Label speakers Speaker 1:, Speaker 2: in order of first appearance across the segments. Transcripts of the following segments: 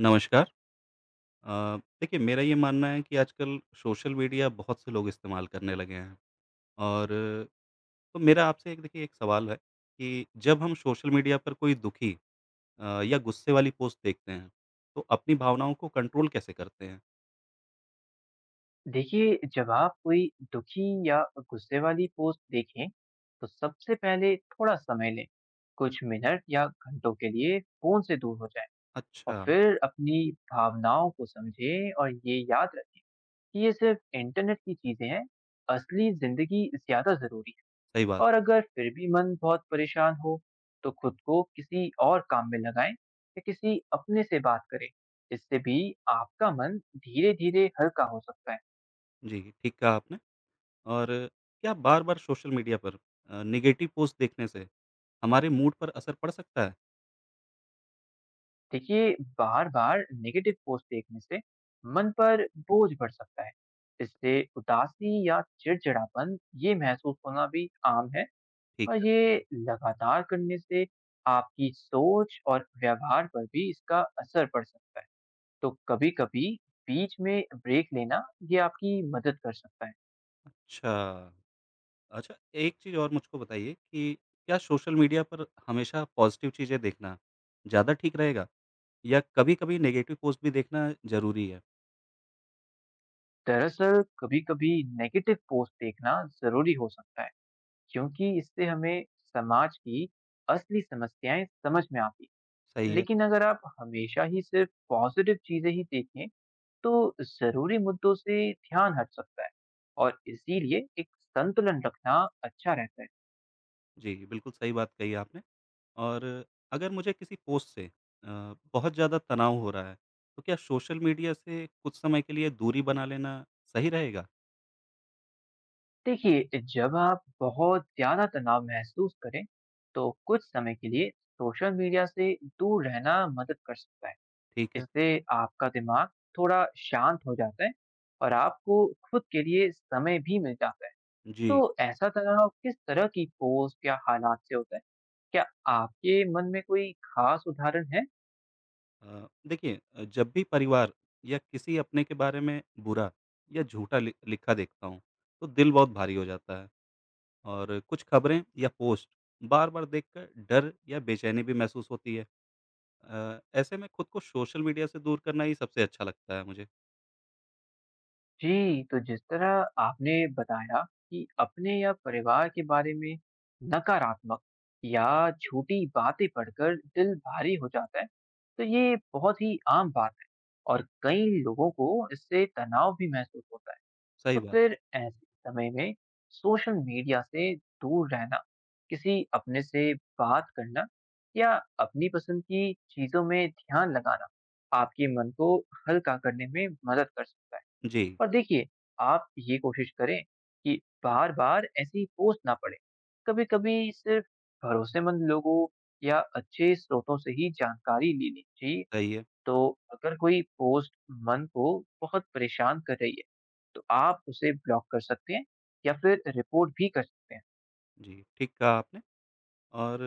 Speaker 1: नमस्कार। देखिए मेरा ये मानना है कि आजकल सोशल मीडिया बहुत से लोग इस्तेमाल करने लगे हैं और तो मेरा आपसे एक सवाल है कि जब हम सोशल मीडिया पर कोई दुखी या गुस्से वाली पोस्ट देखते हैं, तो अपनी भावनाओं को कंट्रोल कैसे करते हैं?
Speaker 2: देखिए, जब आप कोई दुखी या गुस्से वाली पोस्ट देखें, तो सबसे पहले थोड़ा समय लें। कुछ मिनट या घंटों के लिए फ़ोन से दूर हो जाएँ और
Speaker 1: अच्छा,
Speaker 2: फिर अपनी भावनाओं को समझें और ये याद रखें कि ये सिर्फ़ इंटरनेट की चीज़ें हैं, असली ज़िंदगी ज़्यादा ज़रूरी है।
Speaker 1: सही बात।
Speaker 2: और अगर फिर भी मन बहुत परेशान हो, तो खुद को किसी और काम में लगाएँ या किसी अपने से बात करें। इससे भी आपका मन धीरे-धीरे हल्का हो सकता है।
Speaker 1: जी, ठीक कहा आपने और क्या बार-बार सोशल मीडिया पर नेगेटिव पोस्ट देखने से हमारे मूड पर असर पड़ सकता है?
Speaker 2: देखिए, बार बार नेगेटिव पोस्ट देखने से मन पर बोझ बढ़ सकता है। इससे उदासी या चिड़चिड़ापन, ये महसूस होना भी आम है।
Speaker 1: ठीक
Speaker 2: और
Speaker 1: है।
Speaker 2: ये लगातार करने से आपकी सोच और व्यवहार पर भी इसका असर पड़ सकता है। तो कभी कभी बीच में ब्रेक लेना, ये आपकी मदद कर सकता है।
Speaker 1: अच्छा। अच्छा, एक चीज़ और मुझको बताइए कि क्या सोशल मीडिया पर हमेशा पॉज़िटिव चीज़ें देखना ज़्यादा ठीक रहेगा या कभी-कभी नेगेटिव पोस्ट भी देखना ज़रूरी है?
Speaker 2: दरअसल, कभी कभी नेगेटिव पोस्ट देखना जरूरी हो सकता है, क्योंकि इससे हमें समाज की असली समस्याएं समझ में आती हैं।
Speaker 1: सही है।
Speaker 2: लेकिन अगर आप हमेशा ही सिर्फ पॉज़िटिव चीज़ें ही देखें, तो ज़रूरी मुद्दों से ध्यान हट सकता है। और इसीलिए एक संतुलन रखना अच्छा रहता है।
Speaker 1: जी, बिल्कुल सही बात कही आपने और अगर मुझे किसी पोस्ट से अ, बहुत ज़्यादा तनाव हो रहा है, तो क्या सोशल मीडिया से कुछ समय के लिए दूरी बना लेना सही रहेगा?
Speaker 2: देखिए, जब आप बहुत ज़्यादा तनाव महसूस करें, तो कुछ समय के लिए सोशल मीडिया से दूर रहना मदद कर सकता है।
Speaker 1: ठीक है।
Speaker 2: इससे आपका दिमाग थोड़ा शांत हो जाता है और आपको खुद के लिए समय भी मिल जाता है।
Speaker 1: जी।
Speaker 2: तो ऐसा तनाव किस तरह की पोस्ट या हालात से होता है? क्या आपके मन में कोई खास उदाहरण है?
Speaker 1: देखिए जब भी परिवार या किसी अपने के बारे में बुरा या झूठा लि लिखा देखता हूँ, तो दिल बहुत भारी हो जाता है। और कुछ खबरें या पोस्ट बार-बार देखकर डर या बेचैनी भी महसूस होती है। ऐसे में खुद को सोशल मीडिया से दूर करना ही सबसे अच्छा लगता है मुझे।
Speaker 2: जी, तो जिस तरह आपने बताया कि अपने या परिवार के बारे में नकारात्मक या झूठी बातें पढ़कर दिल भारी हो जाता है, तो ये बहुत ही आम बात है और कई लोगों को इससे तनाव भी महसूस होता है।
Speaker 1: सही
Speaker 2: तो
Speaker 1: बात।
Speaker 2: फिर ऐसे समय में सोशल मीडिया से दूर रहना, किसी अपने से बात करना या अपनी पसंद की चीज़ों में ध्यान लगाना, आपके मन को हल्का करने में मदद कर सकता है।
Speaker 1: जी,
Speaker 2: और देखिए, आप ये कोशिश करें कि बार-बार ऐसी पोस्ट ना पड़े। कभी-कभी सिर्फ भरोसेमंद लोगों या अच्छे स्रोतों से ही जानकारी ले लें। जी।
Speaker 1: सही है।
Speaker 2: तो अगर कोई पोस्ट मन को बहुत परेशान कर रही है, तो आप उसे ब्लॉक कर सकते हैं या फिर रिपोर्ट भी कर सकते हैं।
Speaker 1: जी, ठीक कहा आपने और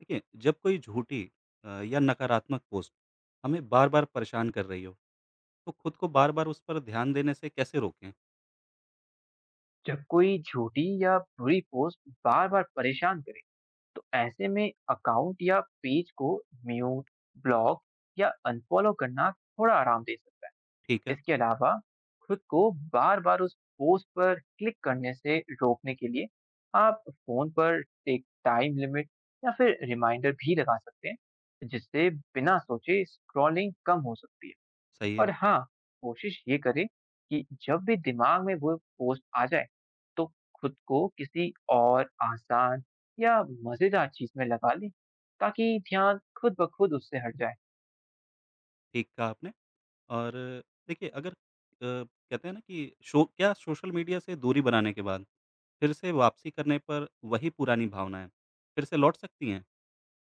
Speaker 1: देखिए जब कोई झूठी या नकारात्मक पोस्ट हमें बार-बार परेशान कर रही हो, तो खुद को बार-बार उस पर ध्यान देने से कैसे रोकें?
Speaker 2: जब कोई झूठी या बुरी पोस्ट बार-बार परेशान करे, तो ऐसे में अकाउंट या पेज को म्यूट, ब्लॉक या अनफॉलो करना थोड़ा आराम दे सकता
Speaker 1: ठीक
Speaker 2: है।
Speaker 1: है,
Speaker 2: इसके अलावा, खुद को बार-बार उस पोस्ट पर क्लिक करने से रोकने के लिए आप फ़ोन पर एक टाइम लिमिट या फिर रिमाइंडर भी लगा सकते हैं, जिससे बिना सोचे स्क्रॉलिंग कम हो सकती है।
Speaker 1: सही है,
Speaker 2: और हाँ, कोशिश ये करें कि जब भी दिमाग में वो पोस्ट आ जाए, तो खुद को किसी और आसान या मज़ेदार चीज़ में लगा लें, ताकि ध्यान खुद ब खुद उससे हट जाए।
Speaker 1: ठीक कहा आपने और देखिए अगर कहते हैं ना कि शो क्या सोशल मीडिया से दूरी बनाने के बाद फिर से वापसी करने पर वही पुरानी भावनाएँ, फिर से लौट सकती हैं?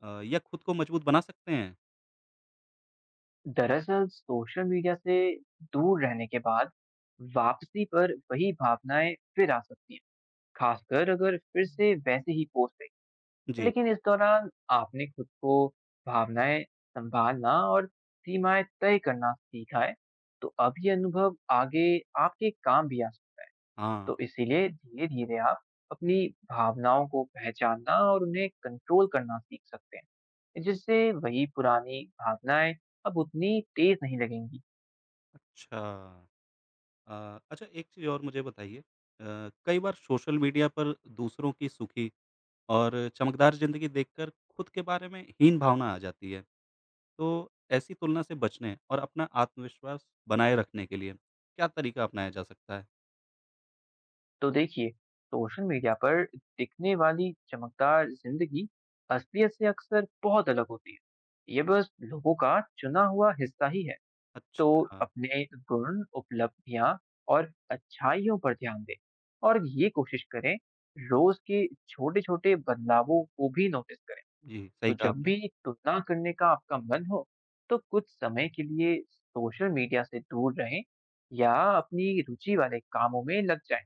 Speaker 1: या खुद को मजबूत बना सकते हैं?
Speaker 2: दरअसल, सोशल मीडिया से दूर रहने के बाद वापसी पर वही भावनाएं फिर आ सकती हैं, खासकर अगर फिर से वैसे ही पोस्ट आई।
Speaker 1: जी,
Speaker 2: लेकिन इस दौरान आपने खुद को भावनाएं संभालना और सीमाएं तय करना सीखा है, तो अब ये अनुभव आगे आपके काम भी आ सकता है।
Speaker 1: हाँ,
Speaker 2: तो इसीलिए धीरे धीरे आप अपनी भावनाओं को पहचानना और उन्हें कंट्रोल करना सीख सकते हैं, जिससे वही पुरानी भावनाएं अब उतनी तेज नहीं लगेंगी।
Speaker 1: अच्छा। अच्छा एक चीज़ और मुझे बताइए अ, कई बार सोशल मीडिया पर दूसरों की सुखी और चमकदार ज़िंदगी देखकर खुद के बारे में हीन भावना आ जाती है। तो ऐसी तुलना से बचने और अपना आत्मविश्वास बनाए रखने के लिए क्या तरीका अपनाया जा सकता है?
Speaker 2: तो देखिए, सोशल मीडिया पर दिखने वाली चमकदार ज़िंदगी असलियत से अक्सर बहुत अलग होती है। ये बस लोगों का चुना हुआ हिस्सा ही है। तो
Speaker 1: अच्छा,
Speaker 2: अपने गुण, उपलब्धियाँ और अच्छाइयों पर ध्यान दें और ये कोशिश करें, रोज़ के छोटे-छोटे बदलावों को भी नोटिस करें।
Speaker 1: जी, सही
Speaker 2: तो
Speaker 1: कहा
Speaker 2: जब
Speaker 1: आपने,
Speaker 2: भी तुलना करने का आपका मन हो, तो कुछ समय के लिए सोशल मीडिया से दूर रहें या अपनी रुचि वाले कामों में लग जाएं।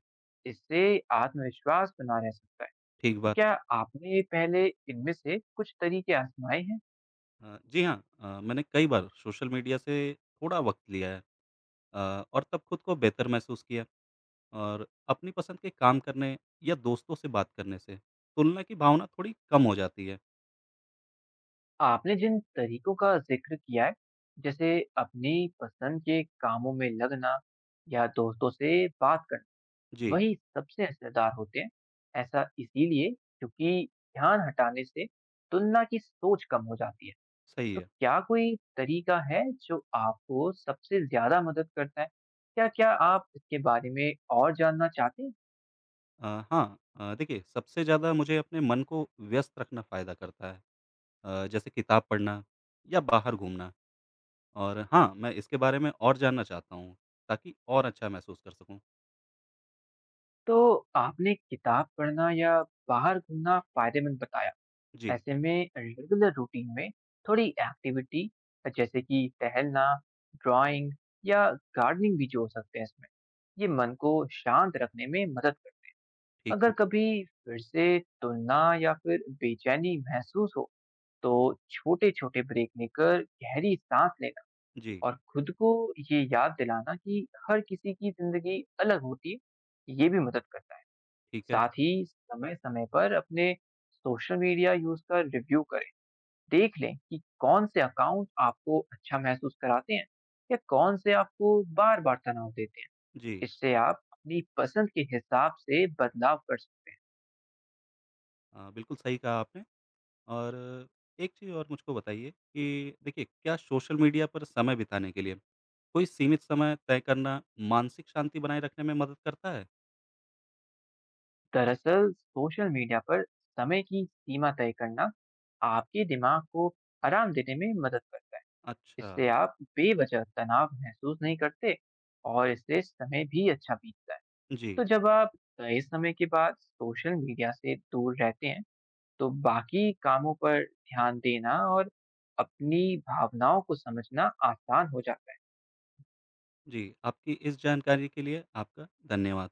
Speaker 2: इससे आत्मविश्वास बना रह सकता है।
Speaker 1: ठीक
Speaker 2: तो
Speaker 1: बात
Speaker 2: क्या
Speaker 1: है।
Speaker 2: आपने पहले इनमें से कुछ तरीके आजमाए हैं?
Speaker 1: जी हाँ, मैंने कई बार सोशल मीडिया से थोड़ा वक़्त लिया है अ, और तब खुद को बेहतर महसूस किया और अपनी पसंद के काम करने या दोस्तों से बात करने से तुलना की भावना थोड़ी कम हो जाती है।
Speaker 2: आपने जिन तरीकों का जिक्र किया है, जैसे अपनी पसंद के कामों में लगना या दोस्तों से बात करना,
Speaker 1: जी,
Speaker 2: वही सबसे असरदार होते हैं। ऐसा इसीलिए, क्योंकि ध्यान हटाने से तुलना की सोच कम हो जाती है।
Speaker 1: सही
Speaker 2: तो
Speaker 1: है।
Speaker 2: क्या कोई तरीका है जो आपको सबसे ज़्यादा मदद करता है? क्या क्या आप इसके बारे में और जानना चाहते हैं?
Speaker 1: अ, हाँ देखिए सबसे ज़्यादा मुझे अपने मन को व्यस्त रखना फ़ायदा करता है जैसे किताब पढ़ना या बाहर घूमना और हाँ, मैं इसके बारे में और जानना चाहता हूँ ताकि और अच्छा महसूस कर सकूँ।
Speaker 2: तो आपने किताब पढ़ना या बाहर घूमना फ़ायदेमंद बताया।
Speaker 1: जी,
Speaker 2: ऐसे में रेगुलर रूटीन में थोड़ी एक्टिविटी, जैसे कि टहलना, ड्राइंग या गार्डनिंग भी जोड़ सकते हैं इसमें। ये मन को शांत रखने में मदद कर।
Speaker 1: ठीक
Speaker 2: अगर
Speaker 1: है।
Speaker 2: कभी फिर से तुलना या फिर बेचैनी महसूस हो, तो छोटे-छोटे ब्रेक लेकर गहरी साँस लेना
Speaker 1: जी,
Speaker 2: और खुद को ये याद दिलाना कि हर किसी की ज़िंदगी अलग होती है, ये भी मदद करता है।
Speaker 1: ठीक है।
Speaker 2: साथ ही समय-समय पर अपने सोशल मीडिया यूज़ का रिव्यू करना, देख लें कि कौन से अकाउंट आपको अच्छा महसूस कराते हैं या कौन से आपको बार-बार तनाव देते हैं।
Speaker 1: जी,
Speaker 2: इससे आप अपनी पसंद के हिसाब से बदलाव कर सकते हैं।
Speaker 1: बिल्कुल सही कहा आपने। और एक चीज़ और मुझको बताइए कि देखिए, क्या सोशल मीडिया पर समय बिताने के लिए कोई सीमित समय तय करना मानसिक शांति बनाए रखने में मदद करता है?
Speaker 2: दरअसल, सोशल मीडिया पर समय की सीमा तय करना आपके दिमाग को आराम देने में मदद करता है।
Speaker 1: अच्छा।
Speaker 2: इससे आप बेवजह तनाव महसूस नहीं करते और इससे समय भी अच्छा बीतता है।
Speaker 1: जी,
Speaker 2: तो जब आप तय समय के बाद सोशल मीडिया से दूर रहते हैं, तो बाकी कामों पर ध्यान देना और अपनी भावनाओं को समझना आसान हो जाता है।
Speaker 1: जी, आपकी इस जानकारी के लिए आपका धन्यवाद।